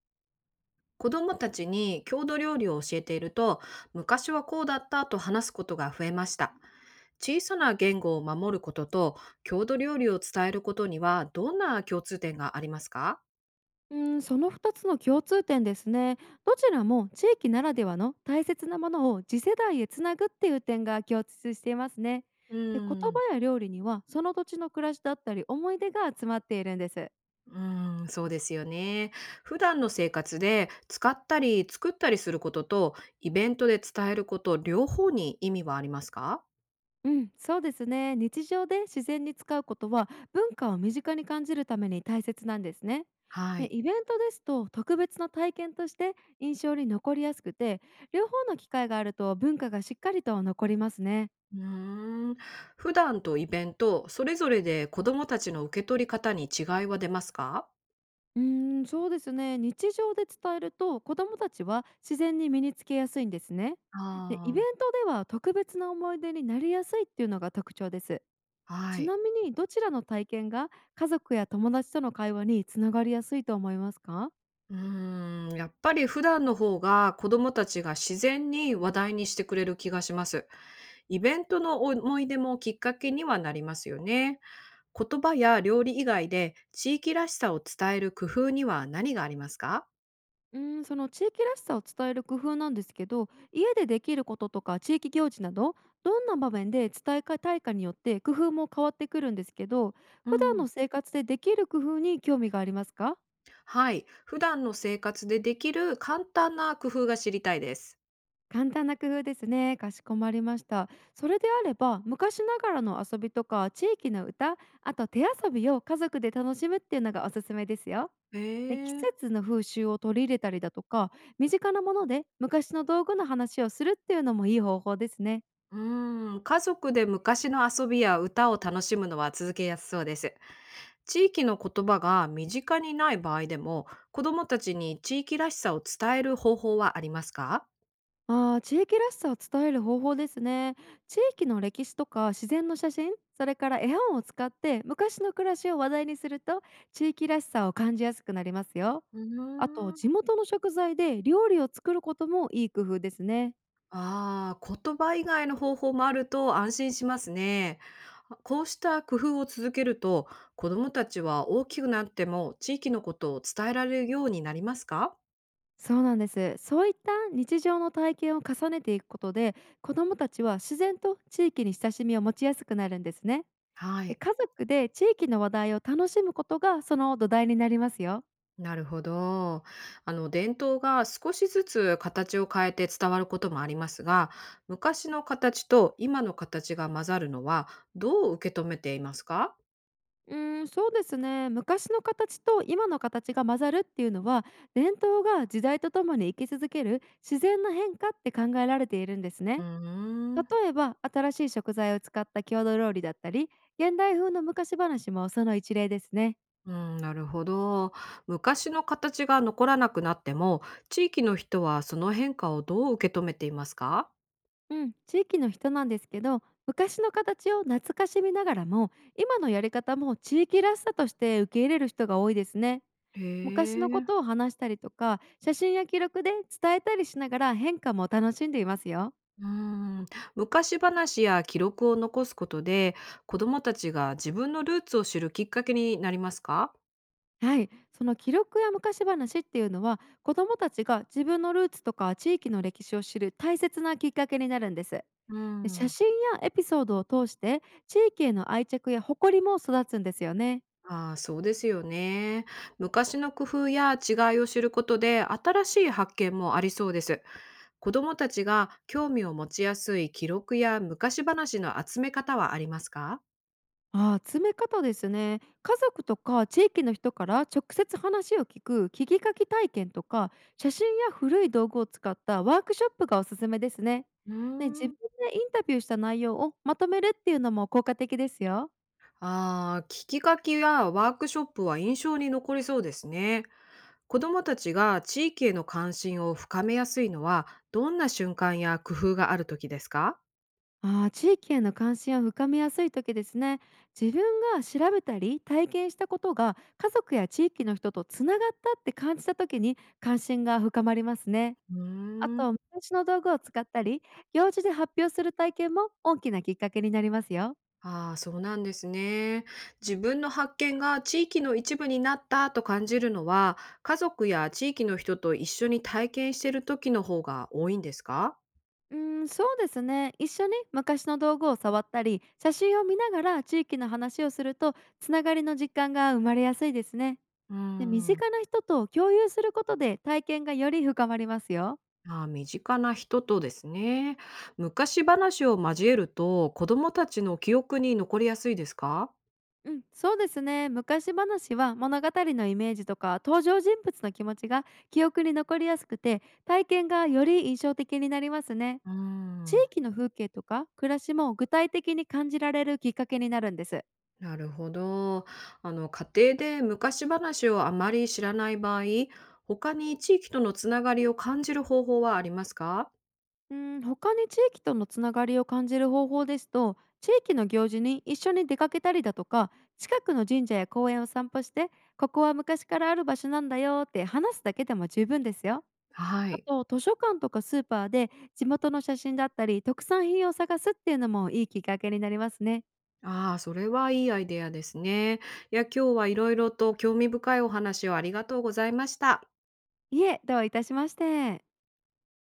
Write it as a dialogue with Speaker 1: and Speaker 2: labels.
Speaker 1: 子どもたちに郷土料理を教えていると、昔はこうだったと話すことが増えました。小さな言語を守ることと郷土料理を伝えることにはどんな共通点がありますか？
Speaker 2: うん、その2つの共通点ですね。どちらも地域ならではの大切なものを次世代へつなぐっていう点が共通していますね。
Speaker 1: う
Speaker 2: で、言
Speaker 1: ーん、
Speaker 2: 葉や料理にはその土地の暮らしだったり思い出が集まっているんです。
Speaker 1: うーん、そうですよね。普段の生活で使ったり作ったりすることとイベントで伝えること両方に意味はありますか？
Speaker 2: うん、そうですね。日常で自然に使うことは文化を身近に感じるために大切なんですね。
Speaker 1: は
Speaker 2: で
Speaker 1: い。
Speaker 2: イベントですと特別な体験として印象に残りやすくて、両方の機会があると文化がしっかりと残りますね。
Speaker 1: うーん普段とイベントそれぞれで子どもたちの受け取り方に違いは出ますか？
Speaker 2: うーん、そうですね。日常で伝えると子どもたちは自然に身につけやすいんですね。で、イベン
Speaker 1: ああ、
Speaker 2: トでは特別な思い出になりやすいっていうのが特徴です。
Speaker 1: は
Speaker 2: ち
Speaker 1: い。
Speaker 2: なみにどちらの体験が家族や友達との会話につながりやすいと思いますか？
Speaker 1: やっぱり普段の方が子供たちが自然に話題にしてくれる気がします。イベントの思い出もきっかけにはなりますよね。言葉や料理以外で地域らしさを伝える工夫には何がありますか？
Speaker 2: うーん、その地域らしさを伝える工夫なんですけど、家でできることとか地域行事など、どんな場面で伝えたいかによって工夫も変わってくるんですけど、
Speaker 1: う
Speaker 2: 普段
Speaker 1: ん。
Speaker 2: の生活でできる工夫に興味がありますか？
Speaker 1: はい。普段の生活でできる簡単な工夫が知りたいです。
Speaker 2: 簡単な工夫ですね。かしこまりました。それであれば、昔ながらの遊びとか地域の歌、あと手遊びを家族で楽しむっていうのがおすすめですよ。
Speaker 1: へ
Speaker 2: で、季
Speaker 1: え。
Speaker 2: 節の風習を取り入れたりだとか、身近なもので昔の道具の話をするっていうのもいい方法ですね。
Speaker 1: うん。家族で昔の遊びや歌を楽しむのは続けやすそうです。地域の言葉が身近にない場合でも、子どもたちに地域らしさを伝える方法はありますか？
Speaker 2: ああ、地域らしさを伝える方法ですね。地域の歴史とか自然の写真、それから絵本を使って昔の暮らしを話題にすると、地域らしさを感じやすくなりますよ。
Speaker 1: う
Speaker 2: あと
Speaker 1: ー
Speaker 2: 地
Speaker 1: ん
Speaker 2: 元の食材で料理を作ることもいい工夫ですね。
Speaker 1: ああ、言葉以外の方法もあると安心しますね。こうした工夫を続けると、子どもたちは大きくなっても地域のことを伝えられるようになりますか？
Speaker 2: そうなんです。そういった日常の体験を重ねていくことで、子どもたちは自然と地域に親しみを持ちやすくなるんですね。
Speaker 1: は
Speaker 2: で、
Speaker 1: い。
Speaker 2: 家族で地域の話題を楽しむことがその土台になりますよ。
Speaker 1: なるほど。伝統が少しずつ形を変えて伝わることもありますが、昔の形と今の形が混ざるのはどう受け止めていますか？
Speaker 2: うーん、そうですね。昔の形と今の形が混ざるっていうのは、伝統が時代とともに生き続ける自然な変化って考えられているんです
Speaker 1: う
Speaker 2: ね。
Speaker 1: ーん、
Speaker 2: 例えば、新しい食材を使った郷土料理だったり、現代風の昔話もその一例ですね。
Speaker 1: うん、なるほど。昔の形が残らなくなっても、地域の人はその変化をどう受け止めていますか？
Speaker 2: うん、地域の人なんですけど、昔の形を懐かしみながらも、今のやり方も地域らしさとして受け入れる人が多いですね。
Speaker 1: へ
Speaker 2: 昔のこと
Speaker 1: え。
Speaker 2: を話したりとか、写真や記録で伝えたりしながら変化も楽しんでいますよ。
Speaker 1: うーん、昔話や記録を残すことで、子どもたちが自分のルーツを知るきっかけになりますか？
Speaker 2: はい、その記録や昔話っていうのは子どもたちが自分のルーツとか地域の歴史を知る大切なきっかけになるんです。
Speaker 1: う
Speaker 2: で、写
Speaker 1: ん。
Speaker 2: 真やエピソードを通して地域への愛着や誇りも育つんですよね。
Speaker 1: ああ、そうですよね。昔の工夫や違いを知ることで新しい発見もありそうです。子どもたちが興味を持ちやすい記録や昔話の集め方はありますか？
Speaker 2: ああ、詰め方ですね。家族とか地域の人から直接話を聞く聞き書き体験とか、写真や古い道具を使ったワークショップがおすすめですね。
Speaker 1: うー
Speaker 2: ね、自分
Speaker 1: ん
Speaker 2: でインタビューした内容をまとめるっていうのも効果的ですよ。
Speaker 1: ああ、聞き書きやワークショップは印象に残りそうですね。子どもたちが地域への関心を深めやすいのはどんな瞬間や工夫がある時ですか？
Speaker 2: ああ、地域への関心を深めやすい時ですね。自分が調べたり体験したことが家族や地域の人とつながったって感じた時に関心が深まりますね。
Speaker 1: う
Speaker 2: あ
Speaker 1: ーん。
Speaker 2: と、昔の道具を使ったり、行事で発表する体験も大きなきっかけになりますよ。
Speaker 1: ああ、そうなんですね。自分の発見が地域の一部になったと感じるのは、家族や地域の人と一緒に体験している時の方が多いんですか？
Speaker 2: うーん、そうですね。一緒に昔の道具を触ったり、写真を見ながら地域の話をすると、つながりの実感が生まれやすいですね。
Speaker 1: うー
Speaker 2: で、身
Speaker 1: ん
Speaker 2: 近な人と共有することで体験がより深まりますよ。
Speaker 1: ああ、身近な人とですね。昔話を交えると、子供たちの記憶に残りやすいですか？
Speaker 2: うん、そうですね。昔話は物語のイメージとか登場人物の気持ちが記憶に残りやすくて、体験がより印象的になりますね。
Speaker 1: うー
Speaker 2: 地
Speaker 1: ん
Speaker 2: 域の風景とか暮らしも具体的に感じられるきっかけになるんです。
Speaker 1: なるほど。家庭で昔話をあまり知らない場合、他に地域とのつながりを感じる方法はありますか？
Speaker 2: うん、他に地域とのつながりを感じる方法ですと、地域の行事に一緒に出かけたりだとか、近くの神社や公園を散歩して、ここは昔からある場所なんだよって話すだけでも十分ですよ。
Speaker 1: は
Speaker 2: あ
Speaker 1: い。
Speaker 2: と図書館とかスーパーで地元の写真だったり特産品を探すっていうのもいいきっかけになりますね。
Speaker 1: ああ、それはいいアイデアですね。いや、今日はいろいろと興味深いお話をありがとうございました。
Speaker 2: いえ、どういたしまして。